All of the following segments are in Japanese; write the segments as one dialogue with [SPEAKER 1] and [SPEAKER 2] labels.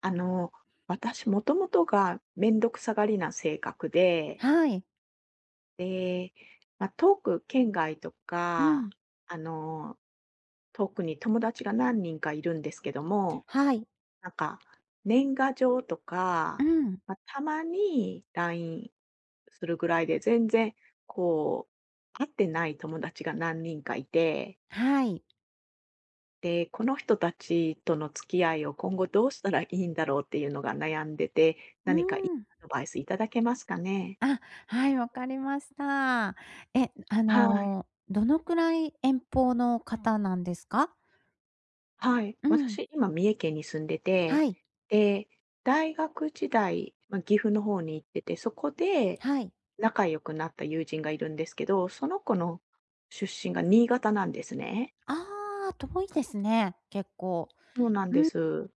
[SPEAKER 1] あの、私もともとがめんどくさがりな性格で、
[SPEAKER 2] はい。
[SPEAKER 1] で、まあ、遠く県外と
[SPEAKER 2] う
[SPEAKER 1] か、
[SPEAKER 2] ん。
[SPEAKER 1] あの、遠くに友達が何人かいるんですけども、
[SPEAKER 2] はい。
[SPEAKER 1] なんか、年賀状と
[SPEAKER 2] う
[SPEAKER 1] か、
[SPEAKER 2] ん。
[SPEAKER 1] まあ、たまに LINE するぐらいで、全然こう、会ってない友達が何人かいて、
[SPEAKER 2] はい。
[SPEAKER 1] で、この人たちとの付き合いを今後どうしたらいいんだろうっていうのが悩んでて、
[SPEAKER 2] う
[SPEAKER 1] 何かいい
[SPEAKER 2] ん。
[SPEAKER 1] アドバイスいただけますかね？
[SPEAKER 2] あ、はい、わかりました。え、
[SPEAKER 1] はい。
[SPEAKER 2] どのくらい遠方の方なんですか？
[SPEAKER 1] はい。
[SPEAKER 2] うん。
[SPEAKER 1] 私、今三重県に住んでて、
[SPEAKER 2] はい、
[SPEAKER 1] で、大学時代、まあ、岐阜の方に行ってて、そこで
[SPEAKER 2] はい。
[SPEAKER 1] 仲良くなった友人がいるんですけど、その子の出身が新潟なんですね。
[SPEAKER 2] ああ、遠いですね、結構。
[SPEAKER 1] そうなんで
[SPEAKER 2] うん、
[SPEAKER 1] す。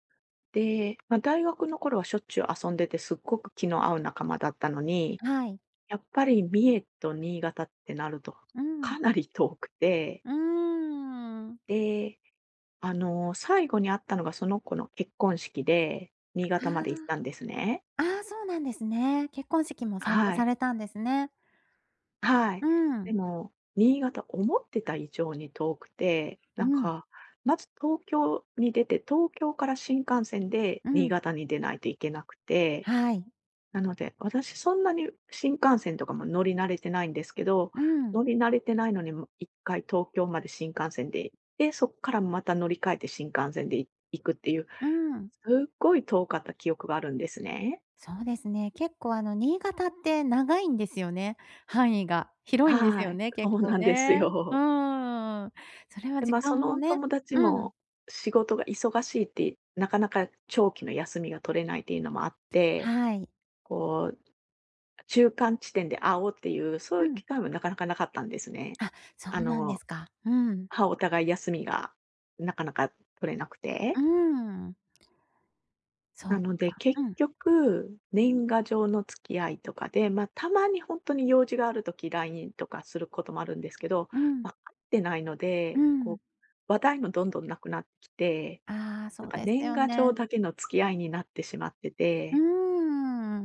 [SPEAKER 1] で、まあ、大学の頃はしょっちゅう遊んでて、すっごく気の合う仲間だったのに、
[SPEAKER 2] はい。
[SPEAKER 1] やっぱり三重と新潟ってなると、
[SPEAKER 2] うん。
[SPEAKER 1] かなり遠くて、
[SPEAKER 2] うーん。
[SPEAKER 1] で、最後に会ったのがその子の結婚式で、新潟まで行ったん
[SPEAKER 2] あ
[SPEAKER 1] ですね。
[SPEAKER 2] あ、ああ、そうなんですね。結婚式も参加
[SPEAKER 1] は
[SPEAKER 2] さ
[SPEAKER 1] い。
[SPEAKER 2] れたんですね。
[SPEAKER 1] はい。
[SPEAKER 2] う
[SPEAKER 1] で
[SPEAKER 2] ん。
[SPEAKER 1] も、新潟思ってた以上に遠くて、
[SPEAKER 2] うん、
[SPEAKER 1] まず東京に出て、東京から新幹線で
[SPEAKER 2] う
[SPEAKER 1] 新
[SPEAKER 2] ん。
[SPEAKER 1] 潟に出ないといけなくて、
[SPEAKER 2] はい。
[SPEAKER 1] なので、私そんなに新幹線とかも乗り慣れてないんですけど、
[SPEAKER 2] うん、
[SPEAKER 1] 乗り慣れてないのに、も1回東京まで新幹線で行って、そこからまた乗り換えて新幹線で行くっていう、
[SPEAKER 2] うん。
[SPEAKER 1] すっごい遠かった記憶があるんですね。
[SPEAKER 2] そうですね。結構新潟って長いんですよね、範囲が。広いんです
[SPEAKER 1] は
[SPEAKER 2] よ
[SPEAKER 1] い、
[SPEAKER 2] ね、
[SPEAKER 1] そ
[SPEAKER 2] 結
[SPEAKER 1] う
[SPEAKER 2] 構
[SPEAKER 1] なんです
[SPEAKER 2] ね。う
[SPEAKER 1] よ。
[SPEAKER 2] ーん。それは
[SPEAKER 1] で、
[SPEAKER 2] 時
[SPEAKER 1] まあ、そ
[SPEAKER 2] 間も
[SPEAKER 1] の
[SPEAKER 2] ね。
[SPEAKER 1] 友達
[SPEAKER 2] うん。
[SPEAKER 1] も仕事が忙しいって、なかなか長期の休みが取れないっていうのもあって、
[SPEAKER 2] はい。
[SPEAKER 1] こう中間地点で会おうっていう、そう
[SPEAKER 2] う
[SPEAKER 1] いう
[SPEAKER 2] ん。
[SPEAKER 1] 機会もなかなかなかったんですね。
[SPEAKER 2] あ、そ
[SPEAKER 1] あ
[SPEAKER 2] うなんで
[SPEAKER 1] の
[SPEAKER 2] すか。うん。
[SPEAKER 1] は、お互い休みがなかなか取れなく
[SPEAKER 2] う
[SPEAKER 1] て、
[SPEAKER 2] ーん。そっ
[SPEAKER 1] なので
[SPEAKER 2] か。
[SPEAKER 1] 結
[SPEAKER 2] うん。
[SPEAKER 1] 局、年賀状の付き合いとかで、まあ、たまにほんとに用事がある時、LINE とかすることもあるんですけど、
[SPEAKER 2] うん。
[SPEAKER 1] ま、会ってないの
[SPEAKER 2] う
[SPEAKER 1] で、こ
[SPEAKER 2] ん。
[SPEAKER 1] う、話題もどんどんなくなってきて、
[SPEAKER 2] ああ、
[SPEAKER 1] な
[SPEAKER 2] そ
[SPEAKER 1] ん
[SPEAKER 2] う
[SPEAKER 1] か
[SPEAKER 2] です
[SPEAKER 1] 年
[SPEAKER 2] よ
[SPEAKER 1] 賀状
[SPEAKER 2] ね。
[SPEAKER 1] だけの付き合いになってしまって
[SPEAKER 2] う
[SPEAKER 1] て、
[SPEAKER 2] ーん。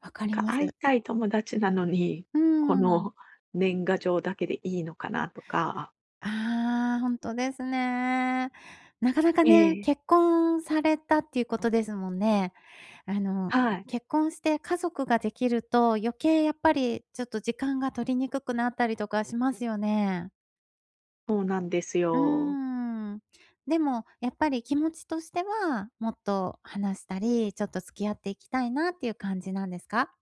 [SPEAKER 2] わか
[SPEAKER 1] なん
[SPEAKER 2] り
[SPEAKER 1] か
[SPEAKER 2] ます。
[SPEAKER 1] 会いたい友達なのに、
[SPEAKER 2] うー
[SPEAKER 1] こ
[SPEAKER 2] ん。
[SPEAKER 1] の年賀状だけでいいのかなとか。
[SPEAKER 2] ああ、ほんとですね。なかなか
[SPEAKER 1] え
[SPEAKER 2] ね、
[SPEAKER 1] え、
[SPEAKER 2] 結婚されたっていうことですもんね。あの、
[SPEAKER 1] はい、
[SPEAKER 2] 結婚して家族ができると、余計やっぱりちょっと時間が取りにくくなったりとかしますよね。
[SPEAKER 1] そうなんです
[SPEAKER 2] う
[SPEAKER 1] よ。
[SPEAKER 2] ーん。でも、やっぱり気持ちとしては、もっと話したり、ちょっと付き合っていきたいなっていう感じなんですか？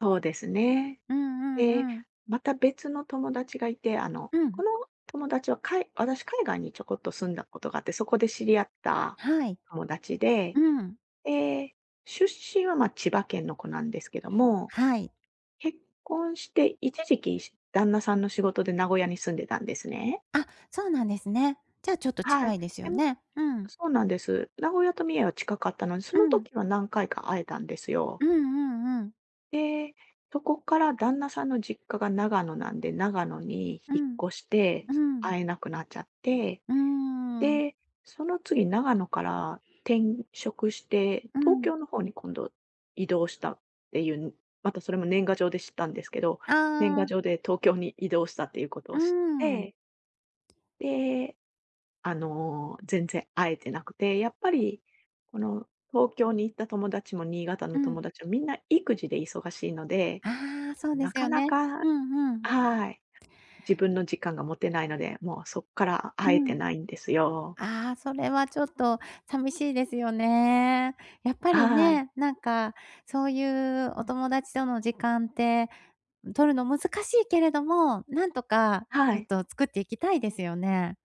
[SPEAKER 1] そうですね。
[SPEAKER 2] うんう
[SPEAKER 1] で、
[SPEAKER 2] んうん。
[SPEAKER 1] また別の友達がいて、あの、
[SPEAKER 2] う
[SPEAKER 1] こ
[SPEAKER 2] ん。
[SPEAKER 1] の友達は私、海外にちょこっと住んだことがあって、そこで知り合った
[SPEAKER 2] はい。
[SPEAKER 1] 友達で、
[SPEAKER 2] うん。
[SPEAKER 1] で、出身は、ま、千葉県の子なんですけども、
[SPEAKER 2] はい。
[SPEAKER 1] 結婚して一時期、旦那さんの仕事で名古屋に住んでたんですね。
[SPEAKER 2] あ、そうなんですね。じゃあちょっと
[SPEAKER 1] はい。
[SPEAKER 2] 近いです
[SPEAKER 1] で
[SPEAKER 2] よ
[SPEAKER 1] も
[SPEAKER 2] ね。うん。
[SPEAKER 1] そうなんです。名古屋と三重は近かったので、そ
[SPEAKER 2] う
[SPEAKER 1] の
[SPEAKER 2] ん。
[SPEAKER 1] 時は何回か会えたんですよ。
[SPEAKER 2] うんうんうん。
[SPEAKER 1] で、そこから旦那さんの実家が長野なんで、長野に
[SPEAKER 2] う
[SPEAKER 1] 引
[SPEAKER 2] ん。
[SPEAKER 1] っ越して、
[SPEAKER 2] うん。
[SPEAKER 1] 会えなくなっちゃって、
[SPEAKER 2] うーん。
[SPEAKER 1] で、その次長野から転職して、
[SPEAKER 2] う
[SPEAKER 1] 東
[SPEAKER 2] ん。
[SPEAKER 1] 京の方に今度移動したっていう、またそれも年賀状で知ったんですけど、
[SPEAKER 2] あ
[SPEAKER 1] 年賀
[SPEAKER 2] あ、
[SPEAKER 1] 状で東京に移動したっていうこと
[SPEAKER 2] う
[SPEAKER 1] を
[SPEAKER 2] ー
[SPEAKER 1] 知っ
[SPEAKER 2] ん。
[SPEAKER 1] て、で、全然会えてなくて、やっぱり、この東京に行った友達も新潟
[SPEAKER 2] う
[SPEAKER 1] の
[SPEAKER 2] ん。
[SPEAKER 1] 友達もみんな育児で忙しいので、
[SPEAKER 2] ああ、そうで
[SPEAKER 1] な
[SPEAKER 2] す
[SPEAKER 1] か
[SPEAKER 2] よ
[SPEAKER 1] な
[SPEAKER 2] ね。う
[SPEAKER 1] か、
[SPEAKER 2] んうん。
[SPEAKER 1] はい、自分の時間が持てないので、もうそこから
[SPEAKER 2] う
[SPEAKER 1] 会えて
[SPEAKER 2] ん。
[SPEAKER 1] ないんですよ。
[SPEAKER 2] ああ、それはちょっと寂しいですよね。やっぱり
[SPEAKER 1] はい。
[SPEAKER 2] ね、なんか、そういうお友達との時間って、取るの難しいけれども、なんとか
[SPEAKER 1] は
[SPEAKER 2] ちょっ
[SPEAKER 1] い。
[SPEAKER 2] と作っていきたいですよね。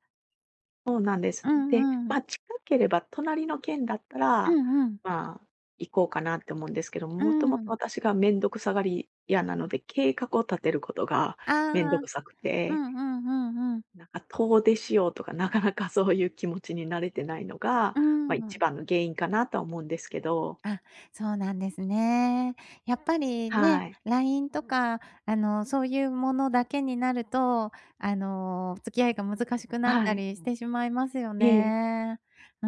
[SPEAKER 1] そうなんです。
[SPEAKER 2] う
[SPEAKER 1] で、
[SPEAKER 2] んうん。
[SPEAKER 1] ま、近ければ隣の県だった
[SPEAKER 2] う
[SPEAKER 1] ら、
[SPEAKER 2] んうん。
[SPEAKER 1] まあ、行こうかなって思うんですけど、
[SPEAKER 2] う
[SPEAKER 1] もともと
[SPEAKER 2] ん。
[SPEAKER 1] 私がめんどくさがり屋なので、計画を立てることが
[SPEAKER 2] あ
[SPEAKER 1] めんど
[SPEAKER 2] あ、う
[SPEAKER 1] く
[SPEAKER 2] ん
[SPEAKER 1] さく
[SPEAKER 2] う
[SPEAKER 1] て、
[SPEAKER 2] んうんうん。
[SPEAKER 1] なんか遠出しようとか、なかなかそういう気持ちに慣れてないのが、
[SPEAKER 2] う
[SPEAKER 1] ま、一
[SPEAKER 2] ん。
[SPEAKER 1] 番の原因かなとは思うんですけど。
[SPEAKER 2] あ、そうなんですね。やっぱりね、
[SPEAKER 1] はい。
[SPEAKER 2] LINE とか、そういうものだけになると、付き合いが難しくなっ
[SPEAKER 1] は
[SPEAKER 2] た
[SPEAKER 1] い。
[SPEAKER 2] りしてしまいますよ
[SPEAKER 1] ええ。
[SPEAKER 2] ね。う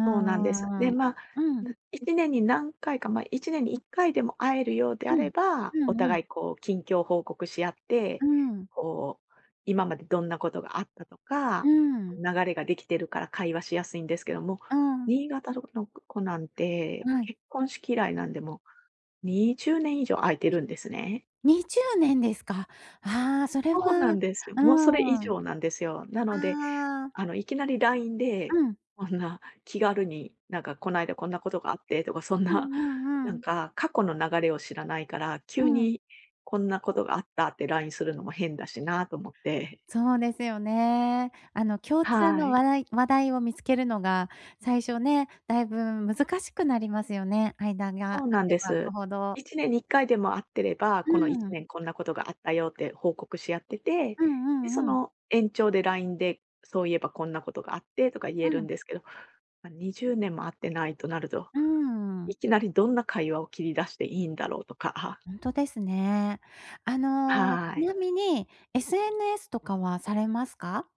[SPEAKER 1] す。
[SPEAKER 2] んうん
[SPEAKER 1] で、
[SPEAKER 2] うん。
[SPEAKER 1] まあ、
[SPEAKER 2] うん、
[SPEAKER 1] 1年に何回か、まあ、1年に1回でも会えるようで
[SPEAKER 2] う
[SPEAKER 1] あれ
[SPEAKER 2] ん。
[SPEAKER 1] ば、
[SPEAKER 2] う
[SPEAKER 1] お
[SPEAKER 2] んうん。
[SPEAKER 1] 互いこう近況報告し合って、
[SPEAKER 2] うん。
[SPEAKER 1] こう、今までどんなことがあったと
[SPEAKER 2] う
[SPEAKER 1] か、
[SPEAKER 2] ん。
[SPEAKER 1] 流れができてるから会話しやすいんですけども、
[SPEAKER 2] うん。
[SPEAKER 1] 新潟の子なんて、
[SPEAKER 2] はい。
[SPEAKER 1] 結婚式以来なんで、もう20年以上空いて
[SPEAKER 2] え、
[SPEAKER 1] るんですね。
[SPEAKER 2] 20年ですか。ああ、それ
[SPEAKER 1] そうな
[SPEAKER 2] は
[SPEAKER 1] んですよ。
[SPEAKER 2] う
[SPEAKER 1] もうそれ以
[SPEAKER 2] ん。
[SPEAKER 1] 上なんですよ。なので
[SPEAKER 2] ああ、
[SPEAKER 1] いきなり LINE で、
[SPEAKER 2] うん。
[SPEAKER 1] こんな気軽に、なんかこないだこんなことがあってとか、そん
[SPEAKER 2] う
[SPEAKER 1] な、
[SPEAKER 2] んう んうん。うんうんうん。はい。え、20年ですか。ああ、それは。うん。ああ。うんう
[SPEAKER 1] な
[SPEAKER 2] んうんう
[SPEAKER 1] ん
[SPEAKER 2] ん。
[SPEAKER 1] か過去の流れを知らないから、
[SPEAKER 2] う
[SPEAKER 1] 急
[SPEAKER 2] ん。
[SPEAKER 1] にこんなことがあったって LINE するのも変だしなと思って。
[SPEAKER 2] そうですよね。共通
[SPEAKER 1] は
[SPEAKER 2] の
[SPEAKER 1] い。
[SPEAKER 2] 話題を見つけるのが、最初ね、だいぶ難しくなりますよね。間
[SPEAKER 1] そ
[SPEAKER 2] が
[SPEAKER 1] うな
[SPEAKER 2] 空
[SPEAKER 1] ん
[SPEAKER 2] け
[SPEAKER 1] で
[SPEAKER 2] ば空
[SPEAKER 1] す。
[SPEAKER 2] くほど。
[SPEAKER 1] 1年に1回でも会ってれば、
[SPEAKER 2] う
[SPEAKER 1] この1
[SPEAKER 2] ん。
[SPEAKER 1] 年こんなことがあったよって報告し合ってて、
[SPEAKER 2] うん
[SPEAKER 1] で、
[SPEAKER 2] う
[SPEAKER 1] そ
[SPEAKER 2] んうん。
[SPEAKER 1] の延長で LINE で、そういえばこんなことがあってとか言え
[SPEAKER 2] う
[SPEAKER 1] るん
[SPEAKER 2] ん。
[SPEAKER 1] ですけど、ま、20年も会ってないとなると、
[SPEAKER 2] うーん。
[SPEAKER 1] いきなりどんな会話を切り出していいんだろうとか、
[SPEAKER 2] ほんとですね。ち
[SPEAKER 1] はい。
[SPEAKER 2] なみに SNS とかはされますか？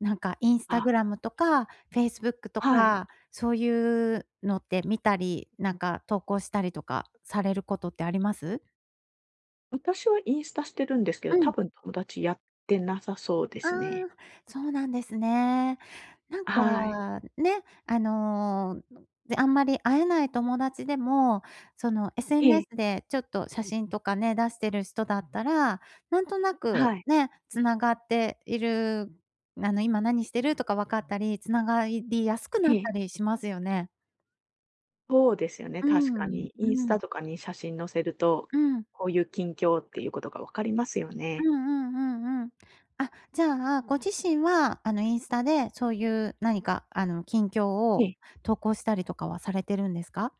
[SPEAKER 2] なんかインスタ
[SPEAKER 1] あ、
[SPEAKER 2] グラムとか、フェイスブックと
[SPEAKER 1] はい。
[SPEAKER 2] か、そういうのって見たり、なんか投稿したりとかされることってあります？
[SPEAKER 1] 私はインスタしてるんですけど、
[SPEAKER 2] う
[SPEAKER 1] 多
[SPEAKER 2] ん。
[SPEAKER 1] 分友達やってなさそうで
[SPEAKER 2] あ
[SPEAKER 1] すね。
[SPEAKER 2] あ、そうなんですね。なん
[SPEAKER 1] はい。
[SPEAKER 2] か、ね、あんまり会えない友達でも、その
[SPEAKER 1] ええ、
[SPEAKER 2] SNS でちょっと写真とかね、出してる人だったら、なんとなく
[SPEAKER 1] はい、
[SPEAKER 2] ね、つながっている、今何してるとか分かったり、つながりやすく
[SPEAKER 1] え
[SPEAKER 2] なった
[SPEAKER 1] え。
[SPEAKER 2] りしますよね。
[SPEAKER 1] そうですよね、
[SPEAKER 2] う
[SPEAKER 1] 確か
[SPEAKER 2] ん、
[SPEAKER 1] に。インス
[SPEAKER 2] う
[SPEAKER 1] タ
[SPEAKER 2] ん、
[SPEAKER 1] とかに写真載せると、
[SPEAKER 2] うん。
[SPEAKER 1] こういう近況っていうことが分かりますよ
[SPEAKER 2] う
[SPEAKER 1] ね。
[SPEAKER 2] んうんうんうん。あ、じゃあ、ご自身は、インスタでそういう何か、近況
[SPEAKER 1] え
[SPEAKER 2] を
[SPEAKER 1] え。
[SPEAKER 2] 投稿したりとかはされてるんですか？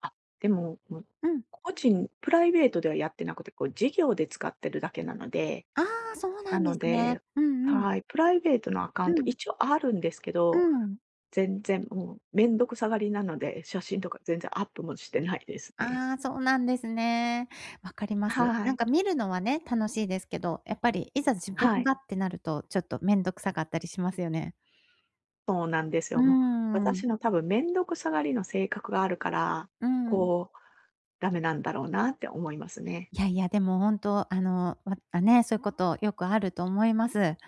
[SPEAKER 1] あ、でも、もう、
[SPEAKER 2] うん。
[SPEAKER 1] 個人プライベートではやってなくて、こう事業で使ってるだけなので、
[SPEAKER 2] ああ、そうな
[SPEAKER 1] な
[SPEAKER 2] んで
[SPEAKER 1] の
[SPEAKER 2] すね。
[SPEAKER 1] で、
[SPEAKER 2] うんうん。
[SPEAKER 1] はい、プライベートのアカ
[SPEAKER 2] う
[SPEAKER 1] ウント
[SPEAKER 2] ん。
[SPEAKER 1] 一応あるんですけ
[SPEAKER 2] う
[SPEAKER 1] ど、
[SPEAKER 2] ん。
[SPEAKER 1] 全然もう、めんどくさがりなので、写真とか全然アップもしてないですね。
[SPEAKER 2] ああ、そうなんですね。わかります。
[SPEAKER 1] は
[SPEAKER 2] なん
[SPEAKER 1] い。
[SPEAKER 2] か見るのはね、楽しいですけど、やっぱりいざ自分
[SPEAKER 1] はい。
[SPEAKER 2] がってなると、ちょっと面倒くさかったりしますよね。
[SPEAKER 1] そうなんです
[SPEAKER 2] うー
[SPEAKER 1] よ。もう、私
[SPEAKER 2] ん。
[SPEAKER 1] の多分めんどくさがりの性格があるから、
[SPEAKER 2] うん。
[SPEAKER 1] こう、ダメなんだろうなって思いますね。
[SPEAKER 2] いやいや、でも本当、わあ、ね、そういうことよくあると思います。う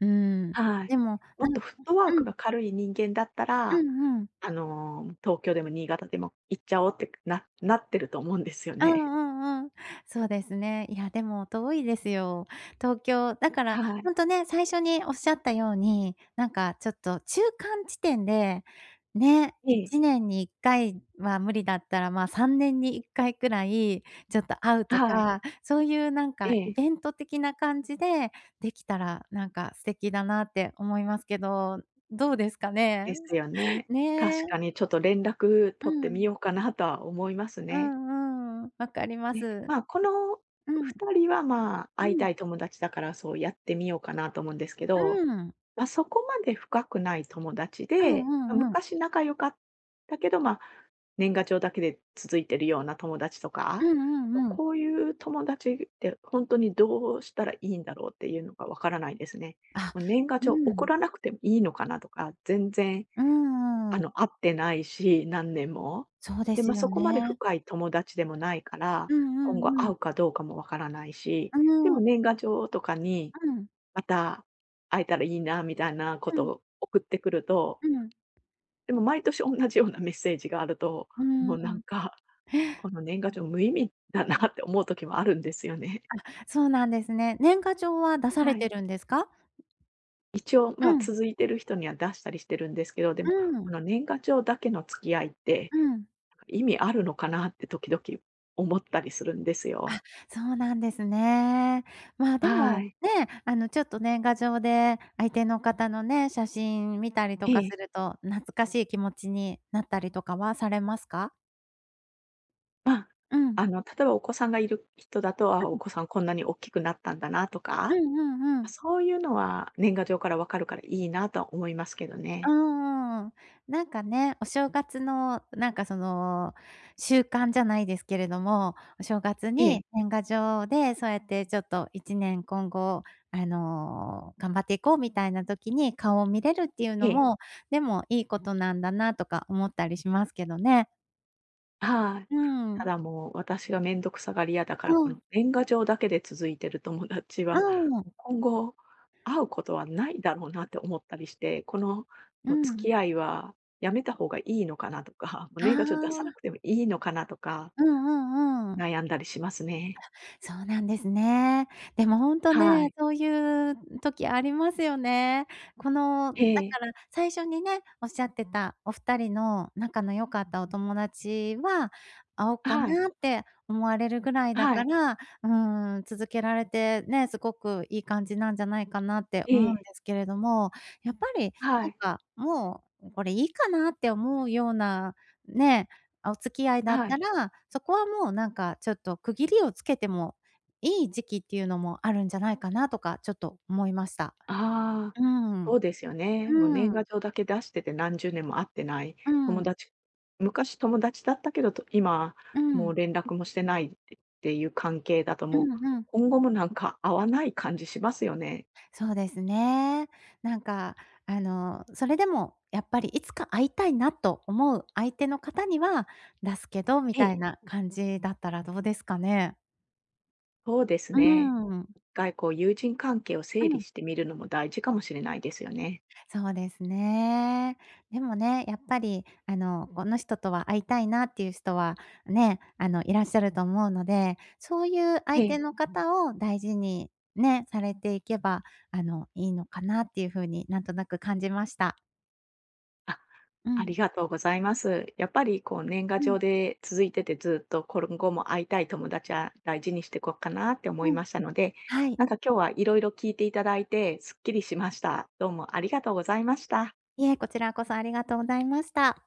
[SPEAKER 2] ーん、
[SPEAKER 1] はい。
[SPEAKER 2] でも、
[SPEAKER 1] もっとフットワー
[SPEAKER 2] う
[SPEAKER 1] クが
[SPEAKER 2] ん、
[SPEAKER 1] 軽い人間だった
[SPEAKER 2] う
[SPEAKER 1] ら、
[SPEAKER 2] んうん。
[SPEAKER 1] あの、東京でも新潟でも行っちゃおうってなってると思うんですよ
[SPEAKER 2] う
[SPEAKER 1] ね。
[SPEAKER 2] んうんうん。そうですね。いや、でも遠いですよ。東京、だから
[SPEAKER 1] は
[SPEAKER 2] ほ
[SPEAKER 1] い。
[SPEAKER 2] んとね、最初におっしゃったように、なんかちょっと中間地点で、ね、
[SPEAKER 1] ええ。
[SPEAKER 2] 1年に1回は無理だったら、ま、3年に1回くらい、ちょっと会うと
[SPEAKER 1] はい。
[SPEAKER 2] か、そういうなん
[SPEAKER 1] え
[SPEAKER 2] かイ
[SPEAKER 1] え。
[SPEAKER 2] ベント的な感じでできたら、なんか素敵だなって思いますけど、どうですかね？
[SPEAKER 1] ですよね。
[SPEAKER 2] ね。
[SPEAKER 1] 確かにちょっと連絡取
[SPEAKER 2] う
[SPEAKER 1] ってみ
[SPEAKER 2] ん。
[SPEAKER 1] ようかなとは思います
[SPEAKER 2] う
[SPEAKER 1] ね。
[SPEAKER 2] んうん。わかりま
[SPEAKER 1] ね、
[SPEAKER 2] す。
[SPEAKER 1] まあ、この
[SPEAKER 2] うん、
[SPEAKER 1] 2人は、まあ、
[SPEAKER 2] う
[SPEAKER 1] 会い
[SPEAKER 2] ん、う
[SPEAKER 1] た
[SPEAKER 2] ん。
[SPEAKER 1] い友達だから、そうやってみようかなと思うんですけど、
[SPEAKER 2] う
[SPEAKER 1] まあ、そこまで深くない友達
[SPEAKER 2] んう
[SPEAKER 1] で、まあ、
[SPEAKER 2] んうん。
[SPEAKER 1] 昔仲良かったけど、まあ、年賀状だけで続いてるような友達とか、
[SPEAKER 2] うんうんうん。
[SPEAKER 1] こういう友達って本当にどうしたらいいんだろうっていうのがわからないですね。
[SPEAKER 2] あ、
[SPEAKER 1] もう年賀
[SPEAKER 2] う
[SPEAKER 1] 状送
[SPEAKER 2] ん。
[SPEAKER 1] らなくてもいいのかなとか、全然
[SPEAKER 2] うんうん。
[SPEAKER 1] 会ってないし、何年も。
[SPEAKER 2] そうで
[SPEAKER 1] で、ま
[SPEAKER 2] す
[SPEAKER 1] あ、
[SPEAKER 2] よ
[SPEAKER 1] そこまで
[SPEAKER 2] ね。
[SPEAKER 1] 深い友達でもないから、
[SPEAKER 2] うんう
[SPEAKER 1] 今後
[SPEAKER 2] んう
[SPEAKER 1] 会
[SPEAKER 2] ん。
[SPEAKER 1] うかどうかもわからないし、
[SPEAKER 2] う
[SPEAKER 1] で
[SPEAKER 2] ん。
[SPEAKER 1] も年賀状とかに、
[SPEAKER 2] うん。
[SPEAKER 1] また会えたらいいなみたいなこ
[SPEAKER 2] う
[SPEAKER 1] と
[SPEAKER 2] ん
[SPEAKER 1] を送ってくると、
[SPEAKER 2] うん。
[SPEAKER 1] でも毎年同じようなメッセージがあると、
[SPEAKER 2] う
[SPEAKER 1] もうなん
[SPEAKER 2] ん。
[SPEAKER 1] か、この年賀状無意味だなって思う時もあるんですよね。
[SPEAKER 2] そうなんですね。年賀状は出され
[SPEAKER 1] は
[SPEAKER 2] て
[SPEAKER 1] い。
[SPEAKER 2] るんですか？
[SPEAKER 1] 一応、
[SPEAKER 2] う
[SPEAKER 1] まあ、
[SPEAKER 2] ん。
[SPEAKER 1] 続いてる人には出したりしてるんですけど、でも、
[SPEAKER 2] う
[SPEAKER 1] こ
[SPEAKER 2] ん。
[SPEAKER 1] の年賀状だけの付き合いって
[SPEAKER 2] うん。
[SPEAKER 1] 意味あるのかなって時々思ったりするんですよ。
[SPEAKER 2] そうなんですね。まあ、でも、
[SPEAKER 1] はい。
[SPEAKER 2] ね、ちょっと年賀状で相手の方のね、写真見たりと
[SPEAKER 1] え
[SPEAKER 2] か
[SPEAKER 1] え。
[SPEAKER 2] すると、懐かしい気持ちになったりとかはされますか？
[SPEAKER 1] まあ、
[SPEAKER 2] うん。
[SPEAKER 1] あの、例えばお子さんがいる人だと、あ、お
[SPEAKER 2] うん。
[SPEAKER 1] 子さんこんなに大きくなったんだなと
[SPEAKER 2] う
[SPEAKER 1] か、
[SPEAKER 2] んうんうん。
[SPEAKER 1] そういうのは年賀状からわかるからいいなとは思いますけど
[SPEAKER 2] う
[SPEAKER 1] ね。
[SPEAKER 2] んうん。なんかね、お正月のなんかその、習慣じゃないですけれども、お正月
[SPEAKER 1] え
[SPEAKER 2] に
[SPEAKER 1] え、
[SPEAKER 2] 年賀状でそうやってちょっと1年今後、頑張っていこうみたいな時に顔を見れるっていう
[SPEAKER 1] え
[SPEAKER 2] の
[SPEAKER 1] え。
[SPEAKER 2] も、でもいいことなんだなとか思ったりしますけどね。
[SPEAKER 1] はい。
[SPEAKER 2] う
[SPEAKER 1] た
[SPEAKER 2] ん。
[SPEAKER 1] だもう私がめんどくさがり屋だから、
[SPEAKER 2] う
[SPEAKER 1] こ
[SPEAKER 2] ん。
[SPEAKER 1] の年賀状だけで続いてる友達
[SPEAKER 2] う
[SPEAKER 1] は、
[SPEAKER 2] ん。
[SPEAKER 1] 今後会うことはないだろうなって思ったりして、この
[SPEAKER 2] う
[SPEAKER 1] もう付
[SPEAKER 2] ん。
[SPEAKER 1] き合いはやめた方がいいのかなとか、もう
[SPEAKER 2] あ
[SPEAKER 1] 年賀状出さなく
[SPEAKER 2] あ。
[SPEAKER 1] てもいいのかなとか、
[SPEAKER 2] うんうんうん。
[SPEAKER 1] 悩んだりしますね。
[SPEAKER 2] そうなんですね。でもほんとね、
[SPEAKER 1] はい。
[SPEAKER 2] そういう時ありますよね。この、
[SPEAKER 1] え
[SPEAKER 2] だか
[SPEAKER 1] え。
[SPEAKER 2] ら最初にね、おっしゃってたお二人の仲の良かったお友達は、会おっか
[SPEAKER 1] はい。
[SPEAKER 2] なって思われるぐらいだ
[SPEAKER 1] は
[SPEAKER 2] か
[SPEAKER 1] い。
[SPEAKER 2] ら、うーん、続けられてね、すごくいい感じなんじゃないかなって
[SPEAKER 1] え
[SPEAKER 2] 思うんで
[SPEAKER 1] え。
[SPEAKER 2] すけれども、やっぱり
[SPEAKER 1] は
[SPEAKER 2] なん
[SPEAKER 1] い。
[SPEAKER 2] か、もうこれいいかなって思うような、ね、あ、お付き合いだっ
[SPEAKER 1] は
[SPEAKER 2] た
[SPEAKER 1] い。
[SPEAKER 2] ら、そこはもうなんかちょっと区切りをつけてもいい時期っていうのもあるんじゃないかなとかちょっと思いました。
[SPEAKER 1] ああ、
[SPEAKER 2] うん。
[SPEAKER 1] そうですよね。もう年
[SPEAKER 2] うん。
[SPEAKER 1] 賀状だけ出してて何十年も会ってない、
[SPEAKER 2] う
[SPEAKER 1] 友
[SPEAKER 2] ん。
[SPEAKER 1] 達、昔友達だったけど、と今
[SPEAKER 2] う
[SPEAKER 1] も
[SPEAKER 2] ん。
[SPEAKER 1] う連絡もしてないってっていう関係だと、
[SPEAKER 2] う
[SPEAKER 1] もう
[SPEAKER 2] んうん。
[SPEAKER 1] 今後もなんか会わない感じしますよね。
[SPEAKER 2] そうですね。なんかそれでもやっぱりいつか会いたいなと思う相手の方には出すけどみ
[SPEAKER 1] え
[SPEAKER 2] た
[SPEAKER 1] え。
[SPEAKER 2] いな感じだったらどうですかね？
[SPEAKER 1] そうです
[SPEAKER 2] う
[SPEAKER 1] ね。
[SPEAKER 2] ん。
[SPEAKER 1] 一回こう友人関係を
[SPEAKER 2] う
[SPEAKER 1] 整理
[SPEAKER 2] ん。
[SPEAKER 1] してみるのも大事かもしれないですよね。
[SPEAKER 2] そうですね。でもね、やっぱり、この人とは会いたいなっていう人は、ね、いらっしゃると思うので、そういう
[SPEAKER 1] え
[SPEAKER 2] 相手
[SPEAKER 1] え。
[SPEAKER 2] の方を大事にね、されていけば、いいのかなっていう風になんとなく感じました。
[SPEAKER 1] あ
[SPEAKER 2] う
[SPEAKER 1] あり
[SPEAKER 2] ん、
[SPEAKER 1] がとうございます。やっぱりこう年賀
[SPEAKER 2] うん、
[SPEAKER 1] 状で続いててずっと今後も会いたい友達は大事にしていこうかなって思い
[SPEAKER 2] うん。
[SPEAKER 1] ましたので、
[SPEAKER 2] はい。
[SPEAKER 1] なんか今日はいろいろ聞いていただいてすっきりしました。どうもありがとうございました。
[SPEAKER 2] いえ、こちらこそありがとうございました。